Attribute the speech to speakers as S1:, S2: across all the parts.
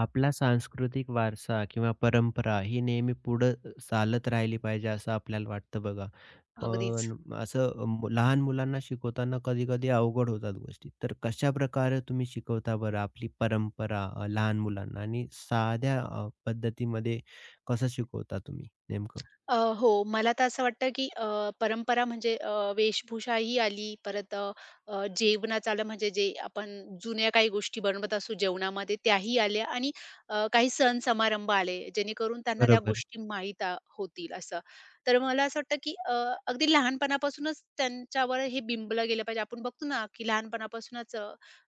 S1: आपला सांस्कृतिक वारसा किंवा परंपरा ही नेहमी पुढं चालत राहिली पाहिजे असं आपल्याला वाटतं बघा.
S2: अगदीच.
S1: पण असं लहान मुलांना शिकवताना कधी-कधी अवघड होतात गोष्टी. तर कशाप्रकारे तुम्ही शिकवता बरं आपली परंपरा लहान मुलांना आणि साध्या पद्धतीमध्ये कसं शिकवता तुम्ही नेमकं?
S2: हो, मला तर असं वाटतं, की परंपरा म्हणजे वेशभूषाही आली, परत अ, अ, जेवणाचं आलं, म्हणजे जे आपण जुन्या काही गोष्टी बनवत असू जेवणामध्ये त्याही आल्या आणि काही सण समारंभ आले, जेणेकरून त्यांना त्या
S1: बरोबर.
S2: गोष्टी माहीत होतील असं. तर मला असं वाटतं, की अगदी लहानपणापासूनच त्यांच्यावर हे बिंबलं गेलं पाहिजे. आपण बघतो ना, की लहानपणापासूनच अ,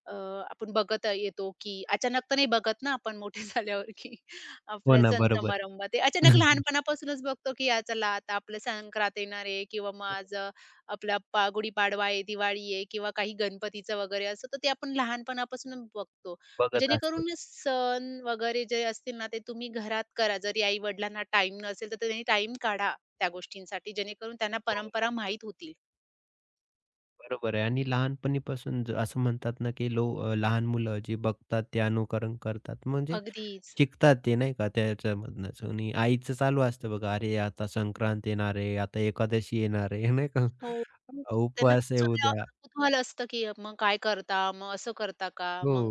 S2: अ, आपण बघत येतो, की अचानक तर नाही बघत ना आपण मोठे झाल्यावर, की
S1: हो
S2: आपल्या
S1: ना,
S2: सण
S1: बरोबर.
S2: समारंभ ते अचानक लहानपणापासूनच बघतो, की "या चला आता आपलं संक्रांत येणार आहे किंवा मग
S1: हो,
S2: आज आपला गुढीपाडवा आहे, दिवाळी आहे किंवा काही गणपतीचं वगैरे असतं." तर ते आपण लहानपणापासून बघतो. मग
S1: बघत असतो.
S2: जेणेकरून सण वगैरे जे असतील ना, ते तुम्ही घरात करा. जरी आई-वडिलांना टाईम नसेल, तर त्यांनी टाईम काढा त्या गोष्टींसाठी, जेणेकरून त्यांना
S1: हो,
S2: परंपरा माहीत होतील.
S1: बरोबर आहे आणि लहानपणीपासून असं म्हणतात ना, की लहान मुलं जी बघतात ते अनुकरण करतात. म्हणजे
S2: अगदीच.
S1: शिकतात ते नाही का त्याच्यामधनंच आणि आईचं चालू असतं बघा, "अरे, आता संक्रांत येणार आहे, आता एकादशी येणार आहे." नाही का?
S2: हो. मग त्यांना
S1: उपवास आहे
S2: कुतूहल
S1: उद्या.
S2: कुतूहल असतं, की मग काय करता? मग असं करता का?
S1: हो.
S2: मग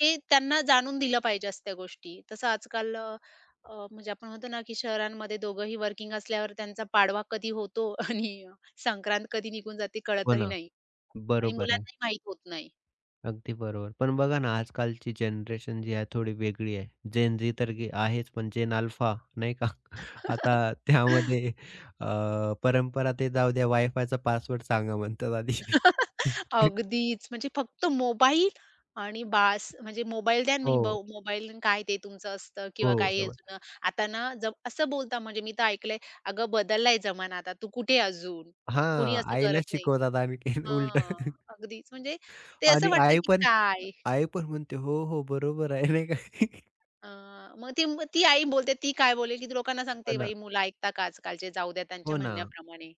S2: हे त्यांना जाणून दिलं पाहिजे असं त्या गोष्टी. तसं आजकाल अ, अ, म्हणजे आपण म्हणतो ना, की शहरांमध्ये दोघंही वर्किंग असल्यावर त्यांचा पाडवा कधी होतो आणि संक्रांत कधी निघून जाते
S1: हो
S2: कळतही
S1: ना.
S2: नाही आणि
S1: बरोबर आहे.
S2: मुलांनाही माहीत होत नाही.
S1: अगदी बरोबर. पण बघा ना, आजकालची जनरेशन जी आहे थोडी वेगळी आहे. जेन जी तर गे आहेच, पण जेन अल्फा नाही का? आता त्यामध्ये अ, परंपरा ते जाऊ द्या, वायफायचा पासवर्ड सांगा म्हणतात आधी.
S2: अगदीच. म्हणजे फक्त मोबाईल आणि बास. म्हणजे मोबाईल द्या आणि
S1: हो,
S2: मोबाईल आणि काय ते तुमचं असतं किंवा
S1: हो.
S2: काही हे
S1: बरोबर.
S2: जुनं. आता ना जम असं बोलता म्हणजे मी तर ऐकलंय, "अगं बदललाय जमाना आता. तू कुठे अजून? कोणी
S1: हां,
S2: असं
S1: आईला
S2: करत नाही."
S1: शिकवतात आणखीन
S2: हां,
S1: उलटं.
S2: अगदीच. म्हणजे ते असं
S1: आणि
S2: वाटतं
S1: आई
S2: की
S1: पण
S2: काय?
S1: आई पण म्हणते, "हो, हो, बरोबर आहे." नाही का?
S2: अ, मग ती आई बोलते, ती काय बोलेल? की लोकांना
S1: हो
S2: सांगते,
S1: ना,
S2: "बाई, मुलं ऐकता का आजकालचे? जाऊ द्या त्यांच्या
S1: हो ना,
S2: म्हणण्याप्रमाणे."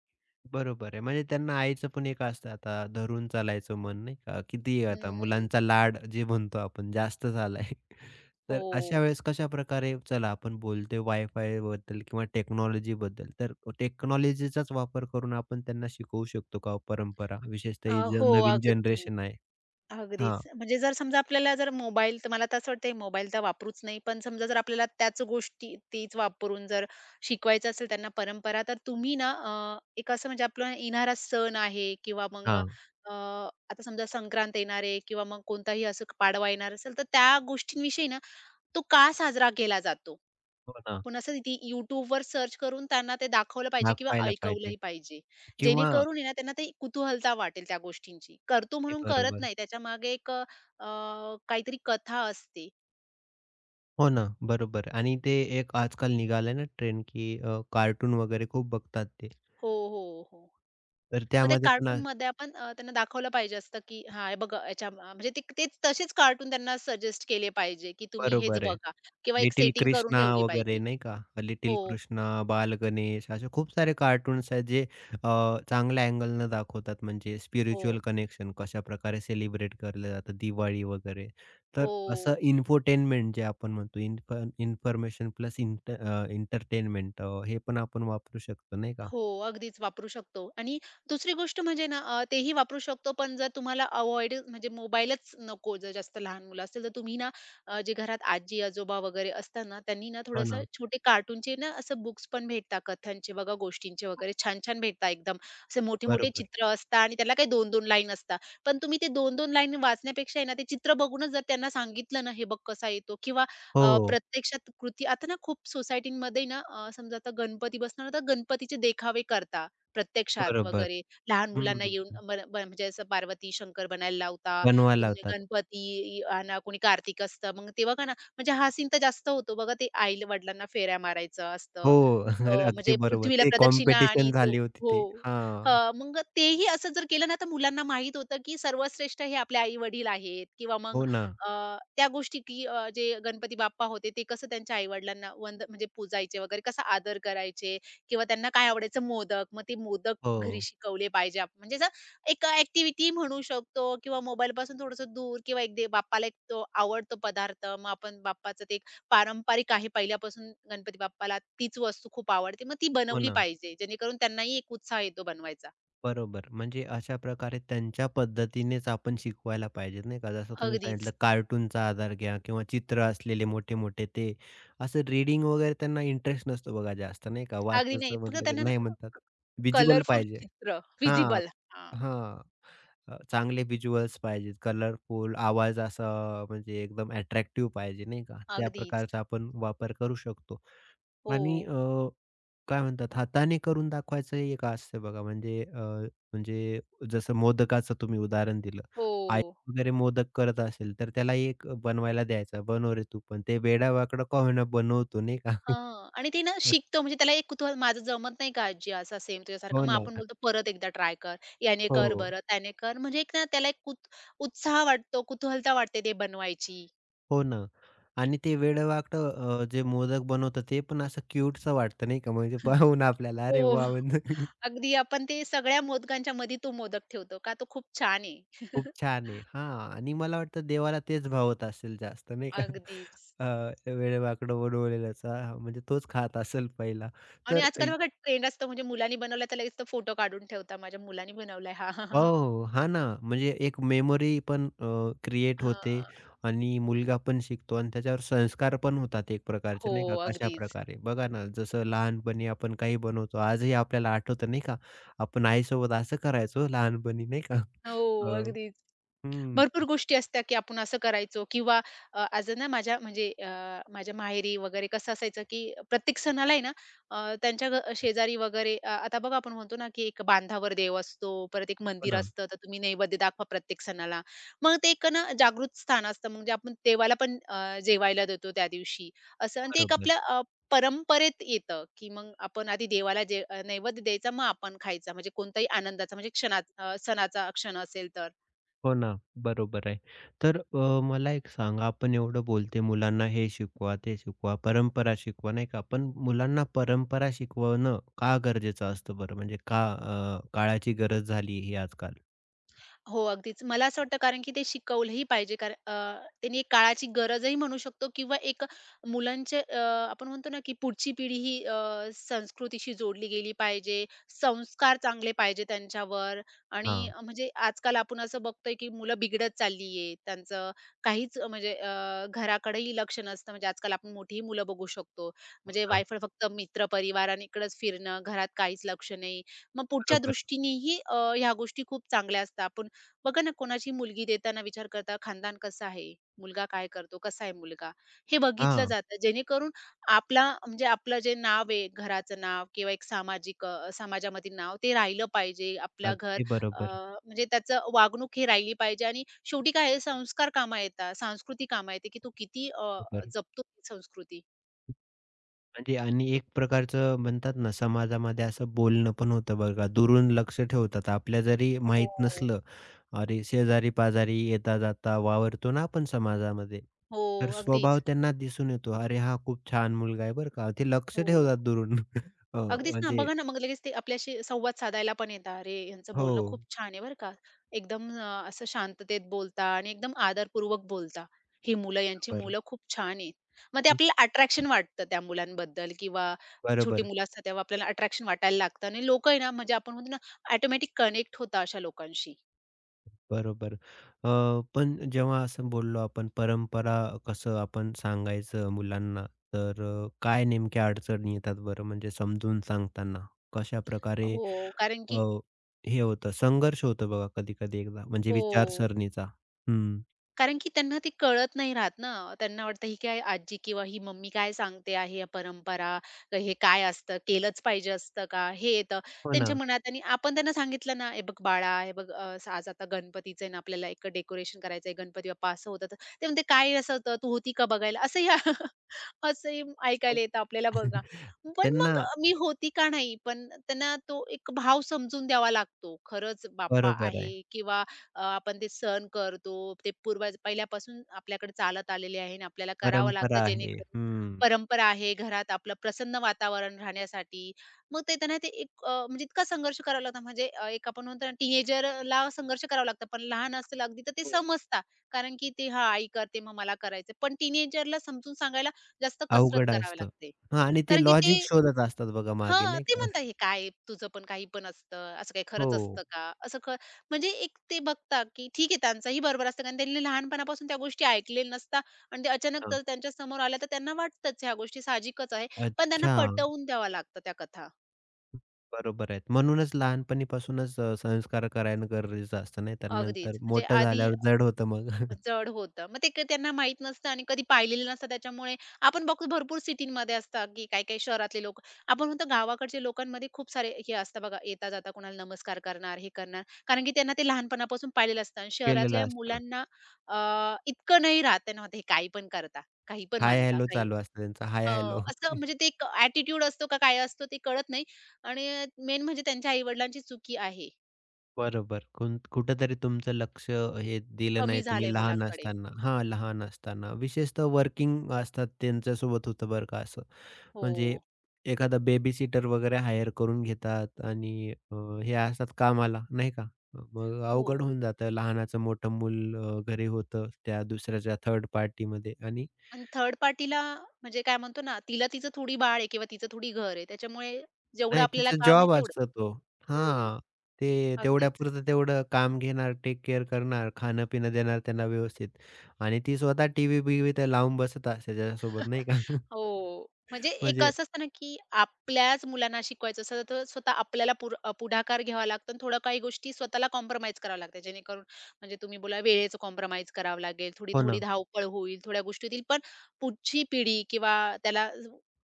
S1: बरोबर आहे. म्हणजे त्यांना आईचं पण एक असतं आता धरून चालायचं मन नाही का? किती आहे आता
S2: हं,
S1: मुलांचा लाड जे म्हणतो आपण जास्त झालाय. तर अशा
S2: हो.
S1: वेळेस कशाप्रकारे चला आपण बोलतोय वायफायबद्दल किंवा टेक्नॉलॉजीबद्दल. तर टेक्नॉलॉजीचाच वापर करून आपण त्यांना शिकवू शकतो का हो परंपरा? विशेषतः ही जे
S2: हो,
S1: नवीन
S2: अगदी.
S1: जनरेशन आहे. हां,
S2: अगदीच. म्हणजे जर समजा आपल्याला जर मोबाईल तर मला तर असं वाटतंय मोबाईल तर वापरूच नाही. पण समजा जर आपल्याला त्याच गोष्टी तीच वापरून जर शिकवायचं असेल त्यांना परंपरा, तर तुम्ही ना एक असं म्हणजे आपला येणारा सण आहे किंवा मग
S1: हां.
S2: आता समजा संक्रांत येणार आहे किंवा मग कोणताही असं पाडवा येणार असेल, तर त्या गोष्टींविषयी ना तो का साजरा केला जातो?
S1: हो ना,
S2: आपण असं ती YouTubeवर सर्च करून त्यांना ते दाखवलं पाहिजे किंवा
S1: दाखवायला पाहिजे
S2: ऐकवलंही पाहिजे.
S1: किंवा
S2: जेणेकरून आहे ना त्यांना ते कुतूहलता वाटेल त्या गोष्टींची. करतो
S1: ते
S2: म्हणून करत
S1: बरोबर.
S2: नाही त्याच्या मागे एक काहीतरी कथा असते.
S1: हो ना, बरोबर आणि ते एक आजकाल निघालंय ना ट्रेंड, की कार्टून वगैरे खूप बघतात ते.
S2: हो, हो, हो.
S1: तर
S2: मग ते
S1: त्यामध्ये पण
S2: कार्टूनमध्ये आपण त्यांना दाखवलं पाहिजे असतं, की हां, हे बघा याच्या म्हणजे ते तेच तसेच कार्टून त्यांना सजेस्ट केले पाहिजे, की तुम्ही हेच
S1: बरोबर आहे.
S2: बघा किंवा एक
S1: लिटिल
S2: सेटिंग करून
S1: कृष्णा
S2: ठेवली पाहिजे.
S1: वगैरे नाही का? लिटिल
S2: हो,
S1: कृष्णा, बालगणेश असे खूप सारे कार्टून्स आहेत जे चांगल्या अँगलनं दाखवतात. म्हणजे
S2: हो,
S1: स्पिरिच्युअल कनेक्शन कशा प्रकारे सेलिब्रेट केलं जातं, दिवाळी वगैरे. तर
S2: हो.
S1: असं इन्फोटेनमेंट जे आपण म्हणतो इन्फॉर्मेशन प्लस हे पण आपण वापरू शकतो नाही का?
S2: हो, अगदीच वापरू शकतो आणि दुसरी गोष्ट म्हणजे ना तेही वापरू शकतो, पण जर तुम्हाला अव्हॉइड म्हणजे मोबाईलच नको, जर जास्त लहान मुलं असतील, तर तुम्ही ना जे घरात आजी-आजोबा वगैरे असतात ना, त्यांनी ना
S1: हो
S2: थोडंसं
S1: ना,
S2: छोटे कार्टूनचे ना असं बुक्स पण भेटतात, कथांचे बघा, गोष्टींचे वगैरे छान-छान भेटतात एकदम. असे मोठे-मोठे
S1: बरोबर.
S2: चित्र असतात आणि त्याला काही 2-2 लाईन असतात. पण तुम्ही ते 2-2 लाईन वाचण्यापेक्षा आहे ना, ते चित्र बघूनच जर त्यांना सांगितलं ना, हे बघ कसा येतो किंवा
S1: हो.
S2: प्रत्यक्षात कृती आता ना खूप सोसायटीमध्ये ना समजा आता गणपती बसणार तर गणपतीचे देखावे करता प्रत्यक्षात
S1: बरोबर.
S2: वगैरे. लहान मुलांना
S1: हं.
S2: येऊन बन बन म्हणजे असं पार्वती, शंकर बनायला लावता.
S1: बनवायला
S2: तुम्ही
S1: लावतात.
S2: गणपती आणा, कोणी कार्तिक असतं. मग ते बघा ना, म्हणजे हा सीन तर जास्त होतो बघा ते आई-वडिलांना फेऱ्या मारायचं असतं.
S1: हो. अगदी
S2: म्हणजे
S1: बरोबर.
S2: पृथ्वीला
S1: ते
S2: प्रदक्षिणा आणि
S1: कॉम्पिटिशन
S2: तो
S1: झाली होती
S2: हो.
S1: ते. हां.
S2: हं, मग तेही असं जर केलं ना, तर मुलांना माहीत होतं की सर्वश्रेष्ठ हे आपले आई-वडील आहेत किंवा मग
S1: हो ना.
S2: अ, त्या गोष्टी की जे गणपती बाप्पा होते ते कसं त्यांच्या आई-वडिलांना म्हणजे पूजायचे वगैरे, कसा आदर करायचे किंवा त्यांना काय आवडायचं मोदक. मग ते मोदक
S1: हो.
S2: घरी शिकवले पाहिजे आपण. म्हणजे असं एक ॲक्टिव्हिटी म्हणू शकतो किंवा मोबाईलपासून थोडंसं दूर किंवा एक दे बाप्पाला एक तो आवडतो पदार्थ. मग आपण बाप्पाचं ते एक पारंपरिक आहे पहिल्यापासून गणपती बाप्पाला तीच वस्तू खूप आवडते. मग ती
S1: हो
S2: बनवली
S1: ना.
S2: पाहिजे जेणेकरून त्यांनाही एक उत्साह येतो बनवायचा.
S1: बरोबर. म्हणजे अशा प्रकारे त्यांच्या पद्धतीनेच आपण शिकवायला पाहिजे नाही का. जसं तुम्ही
S2: अगदीच.
S1: सांगितलं कार्टूनचा आधार घ्या किंवा चित्र असलेले मोठे-मोठे ते असं रीडिंग वगैरे त्यांना इंटरेस्ट नसतो बघा जास्त नाही का.
S2: अगदी नाही.
S1: वाचायचं
S2: फक्त
S1: म्हटलं की
S2: त्यांना ना
S1: नाही म्हणतात. व्हिज्युअल
S2: कलरफुल
S1: पाहिजे.
S2: चित्र,
S1: हां.
S2: व्हिजिबल.
S1: हां. चांगले व्हिज्युअल्स पाहिजेत, कलरफुल आवाज असा म्हणजे एकदम अट्रॅक्टिव्ह पाहिजे नाही का? त्या
S2: अगदीच.
S1: प्रकारचा आपण वापर करू शकतो
S2: हो.
S1: आणि काय म्हणतात हाताने करून दाखवायचं हे एक असतं बघा म्हणजे म्हणजे जसं मोदकाचं तुम्ही उदाहरण दिलं.
S2: हो,
S1: आई
S2: हो.
S1: वगैरे मोदक करत असेल, तर त्याला एक बनवायला द्यायचा, "बनव रे तू पण." ते वेडावाकडं का होईना बनवतो नाही का?
S2: हां. आणि ते ना शिकतं म्हणजे त्याला एक कुतूहल माझं जमत नाही का आजी असा सेम तुझ्यासारखा.
S1: हो
S2: मग
S1: ना.
S2: आपण बोलतो परत एकदा ट्राय कर. याने कर
S1: हो.
S2: बरं, त्याने कर. म्हणजे एक ना त्याला एक उत्साह वाटतो, कुतूहलता वाटते ते बनवायची.
S1: हो ना. आणि ते वेडवाकडं जे मोदक बनवतं ते पण असं क्यूटसं वाटतं नाही का, म्हणजे पाहून आपल्याला
S2: हो.
S1: अरे वाह! म्हणजे
S2: अगदी आपण ते सगळ्या मोदकांच्या मध्ये तो मोदक ठेवतो का तो खूप छान आहे.
S1: खूप छान आहे. हां आणि मला वाटतं देवाला तेच भावत असेल जास्त नाही का?
S2: अगदीच.
S1: वेडवाकडं बनवलेलंच हां, म्हणजे तोच खात असेल पहिला.
S2: आणि
S1: तर
S2: आजकाल बघा ट्रेंड असतो म्हणजे मुलांनी बनवला तर लगेच तो फोटो काढून ठेवता. माझ्या मुलांनी बनवलाय. हां, हां, हां.
S1: हो, हां ना. म्हणजे एक मेमरी पण क्रिएट होते
S2: हां.
S1: आणि मुलगा पण शिकतो आणि त्याच्यावर संस्कार पण होतात एक प्रकारचे,
S2: हो,
S1: नाही का?
S2: अगदीच.
S1: कशाप्रकारे? बघा ना, जसं लहानपणी आपण काही बनवतो, आजही आपल्याला आठवतं, नाही का? आपण आईसोबत असं करायचो लहानपणी, नाही का?
S2: हो,
S1: अ,
S2: अगदीच.
S1: हं,
S2: भरपूर गोष्टी असतात, की आपण असं करायचो किंवा आज ना माझ्या म्हणजे माझ्या माहेरी वगैरे कसं असायचं, की प्रत्येक सणाला आहे ना त्यांच्या शेजारी वगैरे आता बघा आपण म्हणतो ना, की एक बांधावर देव असतो, परत एक
S1: हो
S2: मंदिर
S1: ना.
S2: असतं, तर तुम्ही नैवेद्य दाखवा प्रत्येक सणाला. मग ते एक ना जागृत स्थान असतं, म्हणजे आपण देवाला पण जेवायला देतो त्या दिवशी असं आणि ते एक
S1: बरोबर.
S2: आपल्या परंपरेत येतं, की मग आपण आधी देवाला जे नैवेद्य द्यायचा, मग आपण खायचा. म्हणजे कोणताही आनंदाचा म्हणजे सणाचा क्षण असेल तर.
S1: हो ना, बरोबर आहे. तर मला एक सांगा, आपण एवढं बोलते मुलांना हे शिकवा, ते शिकवा, परंपरा शिकवा, नाही का? पण मुलांना परंपरा शिकवणं का गरजेचं असतं बरं? म्हणजे का काळाची गरज झाली ही आजकाल?
S2: हो, अगदीच. मला असं वाटतं कारण की ते शिकवलंही पाहिजे कारण त्यांनी एक काळाची गरजही म्हणू शकतो किंवा एक मुलांचे आपण म्हणतो ना, की पुढची पिढी ही संस्कृतीशी जोडली गेली पाहिजे. संस्कार चांगले पाहिजे त्यांच्यावर आणि
S1: हां,
S2: म्हणजे आजकाल आपण असं बघतोय, की मुलं बिघडत चालली त्यांचं काहीच म्हणजे घराकडेही लक्ष नसतं. म्हणजे आजकाल आपण मोठीही मुलं बघू शकतो. म्हणजे
S1: हां,
S2: वायफळ फक्त मित्र, परिवार आणि इकडंच फिरणं, घरात काहीच लक्ष नाही. मग पुढच्या
S1: बरोबर.
S2: दृष्टीनेही ह्या गोष्टी खूप चांगल्या असतात. आपण बघा ना कोणाची मुलगी देताना विचार करता खानदान कसं आहे, मुलगा काय करतो, कसा आहे मुलगा, हे बघितलं
S1: हां,
S2: जातं. जेणेकरून आपला म्हणजे आपलं जे नाव आहे, घराचं नाव किंवा एक सामाजिक समाजामधील नाव ते राहिलं पाहिजे. आपलं घर
S1: अगदी
S2: अ,
S1: बरोबर,
S2: म्हणजे त्याचं वागणूक ही राहिली पाहिजे आणि शेवटी काय आहे संस्कार कामा येतात, संस्कृती कामा येते, की तू किती
S1: बरोबर.
S2: जपतो ती संस्कृती.
S1: म्हणजे आणि एक प्रकारचं म्हणतात ना, समाजामध्ये असं बोलणं पण होतं बघा. दुरून लक्ष ठेवतात. आपल्या जरी माहीत
S2: हो.
S1: नसलं, अरे शेजारी-पाजारी, येता-जाता वावरतो ना आपण समाजामध्ये,
S2: हो,
S1: तर स्वभाव
S2: अगदीच.
S1: त्यांना दिसून येतो. अरे हा खूप छान मुलगा आहे बरं का. ते लक्ष
S2: हो.
S1: ठेवतात दुरून. अ,
S2: अगदीच ना,
S1: म्हणजे
S2: बघा ना, मग लगेच ते आपल्याशी संवाद साधायला पण येतात. "अरे, ह्यांचं
S1: हो,
S2: बोलणं खूप छान आहे बरं का." एकदम असं शांततेत बोलता आणि एकदम आदरपूर्वक बोलता. "ही मुलं, यांची
S1: बरं.
S2: मुलं खूप छान आहेत." मग ते
S1: हं,
S2: आपल्याला अट्रॅक्शन वाटतं त्या मुलांबद्दल किंवा छोटी
S1: बरोबर.
S2: मुलं असतात तेव्हा आपल्याला अट्रॅक्शन वाटायला लागतं आणि लोकं आहे ना, म्हणजे आपण म्हणतो ना, ऑटोमॅटिक कनेक्ट होता अशा लोकांशी.
S1: बरोबर. पण जेव्हा असं बोललो आपण परंपरा कसं आपण सांगायचं मुलांना, तर काय नेमक्या अडचणी येतात बरं म्हणजे समजून सांगताना? कशाप्रकारे
S2: हो, कारण
S1: अ,
S2: की
S1: हे होतं संघर्ष होतो बघा कधी-कधी एकदा म्हणजे
S2: हो.
S1: विचारसरणीचा. हं.
S2: कारण की त्यांना ते कळत नाही राहत ना. त्यांना वाटतं ही काय आजी किंवा ही मम्मी काय सांगते आहे, या परंपरा हे काय असतं, केलंच पाहिजे असतं का? हे येतं
S1: हो
S2: त्यांच्या
S1: ना.
S2: मनात आणि आपण त्यांना सांगितलं ना, "हे बघ बाळा, हे बघ आज आता गणपतीचं आहे ना, आपल्याला एक डेकोरेशन करायचं आहे, गणपती बाप्पा असं होतं." तर ते म्हणते, "काय असं होतं? तू होती का बघायला?" असंही असंही ऐकायला येतं आपल्याला बघा. पण
S1: त्यांना
S2: मग मी होती का नाही, पण त्यांना तो एक भाव समजून द्यावा लागतो. खरंच बाप्पा
S1: बरोबर आहे.
S2: आहे किंवा आपण ते सण करतो. ते पूर्वज पहिल्यापासून आपल्याकडे चालत आलेले आहे आणि आपल्याला करावं लागतं
S1: परंपरा आहे.
S2: जेणेकरून
S1: हं.
S2: परंपरा आहे. घरात आपलं प्रसन्न वातावरण राहण्यासाठी. मग ते त्यांना ते एक म्हणजे इतका संघर्ष करावा लागतो म्हणजे एक आपण म्हणतो ना टीनेजरला संघर्ष करावा लागतो. पण लहान असेल अगदी तर ते
S1: हो.
S2: समजतात. कारण की ते हां, आई करते मग मला करायचं. पण टीनेजरला समजून सांगायला जास्त कसरत
S1: अवघड
S2: करावी
S1: असतं.
S2: लागते.
S1: हां आणि ते
S2: कारण की ते
S1: लॉजिक शोधत असतात बघा मागे
S2: हां,
S1: नाही
S2: ते
S1: का?
S2: म्हणता हे काय तुझं पण काही पण असतं, असं काही खरंच
S1: हो.
S2: असतं का? असं क म्हणजे एक ते बघता, की ठीक आहे त्यांचंही बरोबर असतं कारण त्यांनी लहानपणापासून त्या गोष्टी ऐकलेल्या नसतात आणि ते अचानक
S1: हां.
S2: तर त्यांच्या समोर आल्या तर त्यांना वाटतंच ह्या गोष्टी साहजिकच आहे. पण त्यांना
S1: अच्छा.
S2: पटवून द्याव्या लागतात त्या कथा.
S1: बरोबर आहेत. म्हणूनच लहानपणीपासूनच संस्कार करायला गरजेचं असतं, नाही तर नंतर
S2: अगदीच. म्हणजे
S1: मोठं
S2: आधी
S1: झाल्यावर जड होतं मग.
S2: जड होतं. मग ते त्यांना माहीत नसतं आणि कधी पाहिलेलं नसतं त्याच्यामुळे आपण बघतो भरपूर सिटींमध्ये असतात, की काही-काही शहरातले लोकं. आपण म्हणतो गावाकडच्या लोकांमध्ये खूप सारे हे असतं बघा, येता-जाता कोणाला नमस्कार करणार, हे करणार. कारण की त्यांना ते लहानपणापासून पाहिलेलं असतं आणि
S1: केलेलं
S2: शहरातल्या
S1: असतं.
S2: मुलांना इतकं नाही राहत त्यांना वाटतं, हे काही पण करता, काही पण
S1: हाय,
S2: मानता,
S1: हॅलो
S2: काही
S1: चालू असतं त्यांचं. हाय,
S2: अ,
S1: हॅलो.
S2: असं म्हणजे ते एक ॲटिट्यूड असतो का काय असतो ते कळत नाही आणि मेन म्हणजे त्यांच्या आई-वडिलांची चुकी आहे.
S1: बरोबर. कुठेतरी तुमचं लक्ष हे दिलं
S2: कमी
S1: नाही
S2: झालंय
S1: तुम्ही लहान
S2: मुलांकडे.
S1: असताना. हां, लहान असताना. विशेषतः वर्किंग असतात त्यांच्यासोबत होतं बरं का असं. म्हणजे
S2: हो,
S1: एखादा बेबीसिटर वगैरे हायर करून घेतात आणि हे असतात कामाला, नाही का? मग
S2: हो.
S1: अवघड होऊन जातं. लहानाचं मोठं मूल घरी होतं त्या दुसऱ्याच्या थर्ड पार्टीमध्ये आणि
S2: आणि थर्ड पार्टीला म्हणजे काय म्हणतो ना, तिला तिचं थोडी बाळ आहे किंवा तिचं थोडी घर आहे. त्याच्यामुळे जेवढं
S1: नाही
S2: आपल्याला
S1: तिचा
S2: काम आहे
S1: जॉब
S2: तेवढं.
S1: असतो तो.
S2: हं,
S1: हां. ते
S2: अगदीच.
S1: तेवढ्यापुरतं तेवढं काम घेणार, टेक केअर करणार, खाणं-पिणं देणार त्यांना व्यवस्थित आणि ती स्वतः टीव्ही-बीव्ही तर लावून बसत असते त्याच्यासोबत, नाही का?
S2: हो. म्हणजे एक
S1: म्हणजे
S2: असं असतं ना, की आपल्याच मुलांना शिकवायचं असेल, तर स्वतः आपल्याला पुढाकार घ्यावा लागतो आणि थोडं काही गोष्टी स्वतःला कॉम्प्रोमाईज कराव्या लागतात. जेणेकरून म्हणजे तुम्ही बोला वेळेचं कॉम्प्रोमाईज करावं लागेल,
S1: हो
S2: थोडी-थोडी
S1: ना.
S2: धावपळ होईल, थोड्या गोष्टी होतील. पण पुढची पिढी किंवा त्याला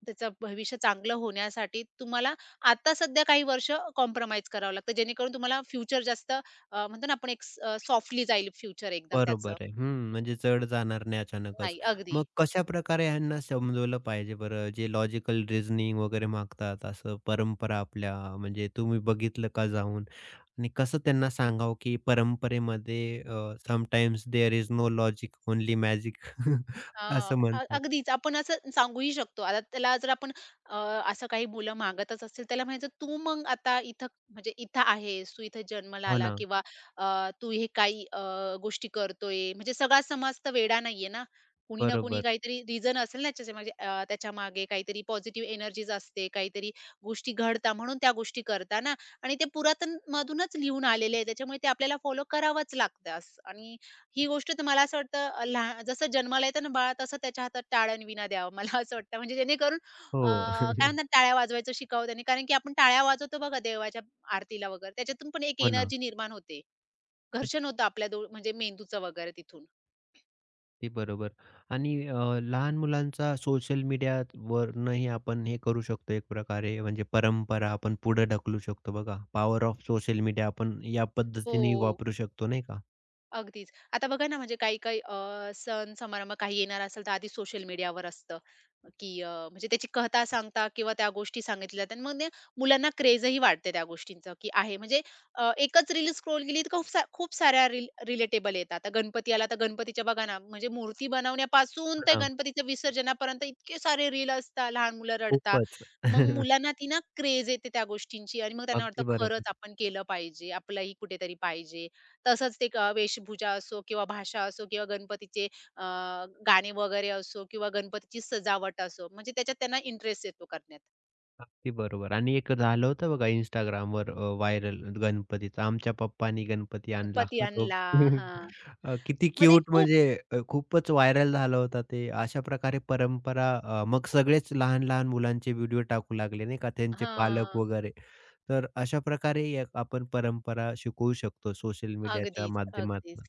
S2: त्याचं भविष्य चांगलं होण्यासाठी तुम्हाला आता सध्या काही वर्ष कॉम्प्रोमाईज करावं लागतं. जेणेकरून तुम्हाला फ्युचर जास्त म्हणतो ना आपण एक सॉफ्टली जाईल फ्युचर एकदम त्याचं.
S1: बरोबर आहे. हं, म्हणजे चढ जाणार नाही अचानकच.
S2: नाही, अगदी.
S1: मग कशाप्रकारे ह्यांना समजवलं पाहिजे बरं, जे लॉजिकल रिझनिंग वगैरे मागतात, असं परंपरा आपल्या म्हणजे तुम्ही बघितलं का जाऊन? आणि कसं त्यांना सांगावं, की परंपरेमध्ये sometimes there is no logic, only magic
S2: हां.
S1: असं म्हणतात.
S2: अगदीच आपण असं सांगूही शकतो. आता त्याला जर आपण अ, असं काही मुलं मागतच असतील, त्याला म्हणायचं, "तू मग आता इथं म्हणजे इथं आहेस, तू इथं जन्माला
S1: हो
S2: आला
S1: ना,
S2: किंवा अ, तू हे काही गोष्टी करतोय." म्हणजे सगळा समाज तर वेडा नाहीये ना. कुणी ना कुणी
S1: बरोबर.
S2: काहीतरी रिझन असेल ना त्याच्या म्हणजे त्याच्यामागे काहीतरी पॉझिटिव्ह एनर्जीज असते, काहीतरी गोष्टी घडता म्हणून त्या गोष्टी करता ना आणि ते पुरातनमधूनच लिहून आलेले आहे. त्याच्यामुळे ते आपल्याला फॉलो करावंच लागतं असं आणि ही गोष्ट तर मला असं वाटतं जसं जन्माला येतं ना बाळ तसं त्याच्या हातात टाळ्या आणि विणा द्यावा मला असं वाटतं. म्हणजे जेणेकरून
S1: हो.
S2: काय म्हणतात टाळ्या वाजवायचं शिकावं त्याने. कारण की आपण टाळ्या वाजवतो बघा देवाच्या आरतीला वगैरे त्याच्यातून पण एक
S1: हो ना.
S2: एनर्जी निर्माण होते. घर्षण होतं आपल्या म्हणजे मेंदूचं वगैरे तिथून.
S1: अगदी बरोबर आणि लहान मुलांचा सोशल मीडियावरनंही आपण हे करू शकतो एक प्रकारे म्हणजे परंपरा आपण पुढे ढकलू शकतो बघा. पॉवर ऑफ सोशल मीडिया आपण या पद्धतीने
S2: हो.
S1: वापरू शकतो नाही का?
S2: अगदीच. आता बघा ना, म्हणजे काही-काही सण-समारंभ काही येणार असेल, तर आधी सोशल मीडियावर असतं, की म्हणजे त्याची कथा सांगता किंवा त्या गोष्टी सांगितल्या जातात. मग ते मुलांना क्रेझही वाटते त्या गोष्टींचं, की आहे म्हणजे एकच रील स्क्रोल केली तर खूप साऱ्या रील रिलेटेबल येतात. आता गणपती आला, तर गणपतीच्या बघा ना, म्हणजे मूर्ती बनवण्यापासून
S1: हो
S2: ते
S1: ना,
S2: गणपतीच्या विसर्जनापर्यंत इतके सारे रील असतात. लहान मुलं रडतात.
S1: खूपच.
S2: मग मुलांना ती ना क्रेझ येते त्या गोष्टींची आणि मग त्यांना वाटतं
S1: अगदी
S2: खरंच
S1: बरोबर,
S2: आपण केलं पाहिजे, आपलंही कुठेतरी पाहिजे. तसंच ते वेशभूषा असो किंवा भाषा असो किंवा गणपतीचे अ, गाणे वगैरे असो किंवा गणपतीची सजावट असो, म्हणजे त्याच्यात त्यांना इंटरेस्ट येतो करण्यात.
S1: अगदी बरोबर आणि एक झालं होतं बघा Instagramवर व्हायरल गणपतीचं. आमच्या पप्पांनी गणपती आणला.
S2: गणपती
S1: तो
S2: आणला हां.
S1: किती
S2: मग ते
S1: क्यूट
S2: खूप
S1: म्हणजे खूपच व्हायरल झालं होतं ते. अशा प्रकारे परंपरा मग सगळेच लहान-लहान मुलांचे व्हिडिओ टाकू लागले नाही का, त्यांचे पालक
S2: हां.
S1: वगैरे. तर अशा प्रकारे एक आपण परंपरा शिकवू शकतो सोशल मीडियाच्या
S2: अगदीच, अगदीच.
S1: माध्यमातून.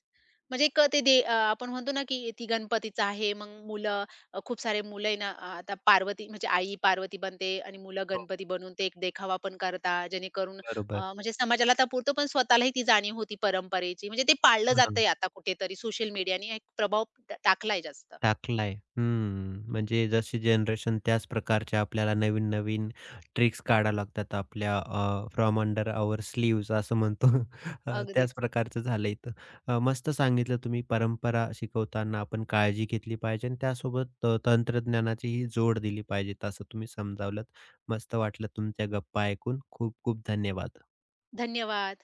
S2: म्हणजे क ते दे आपण म्हणतो ना, की ती गणपतीचं आहे, मग मुलं खूप सारे मुलं आहे ना, आता पार्वती म्हणजे आई पार्वती बनते आणि मुलं
S1: हो,
S2: गणपती बनून ते एक देखावा पण करतात, जेणेकरून
S1: बरोबर.
S2: म्हणजे समाजाला आता पुरतो, पण स्वतःलाही ती जाणीव होती परंपरेची. म्हणजे ते पाळलं
S1: हो ना.
S2: जातंय आता कुठेतरी सोशल मीडियाने एक प्रभाव टाकलाय जास्त.
S1: टाकलाय. हं. म्हणजे जशी जनरेशन त्याच प्रकारच्या आपल्याला नवीन-नवीन ट्रिक्स काढाव्या लागतात आपल्या फ्रॉम अंडर आवर स्लीव्हज असं म्हणतो. त्याच
S2: अगदीच.
S1: प्रकारचं झालं इथं. मस्त सांगितलं तुम्ही परंपरा शिकवताना आपण काळजी घेतली पाहिजे आणि त्यासोबत तंत्रज्ञानाचीही जोड दिली पाहिजे असं तुम्ही समजावलंत. मस्त वाटलं तुमच्या गप्पा ऐकून. खूप खूप धन्यवाद.
S2: धन्यवाद.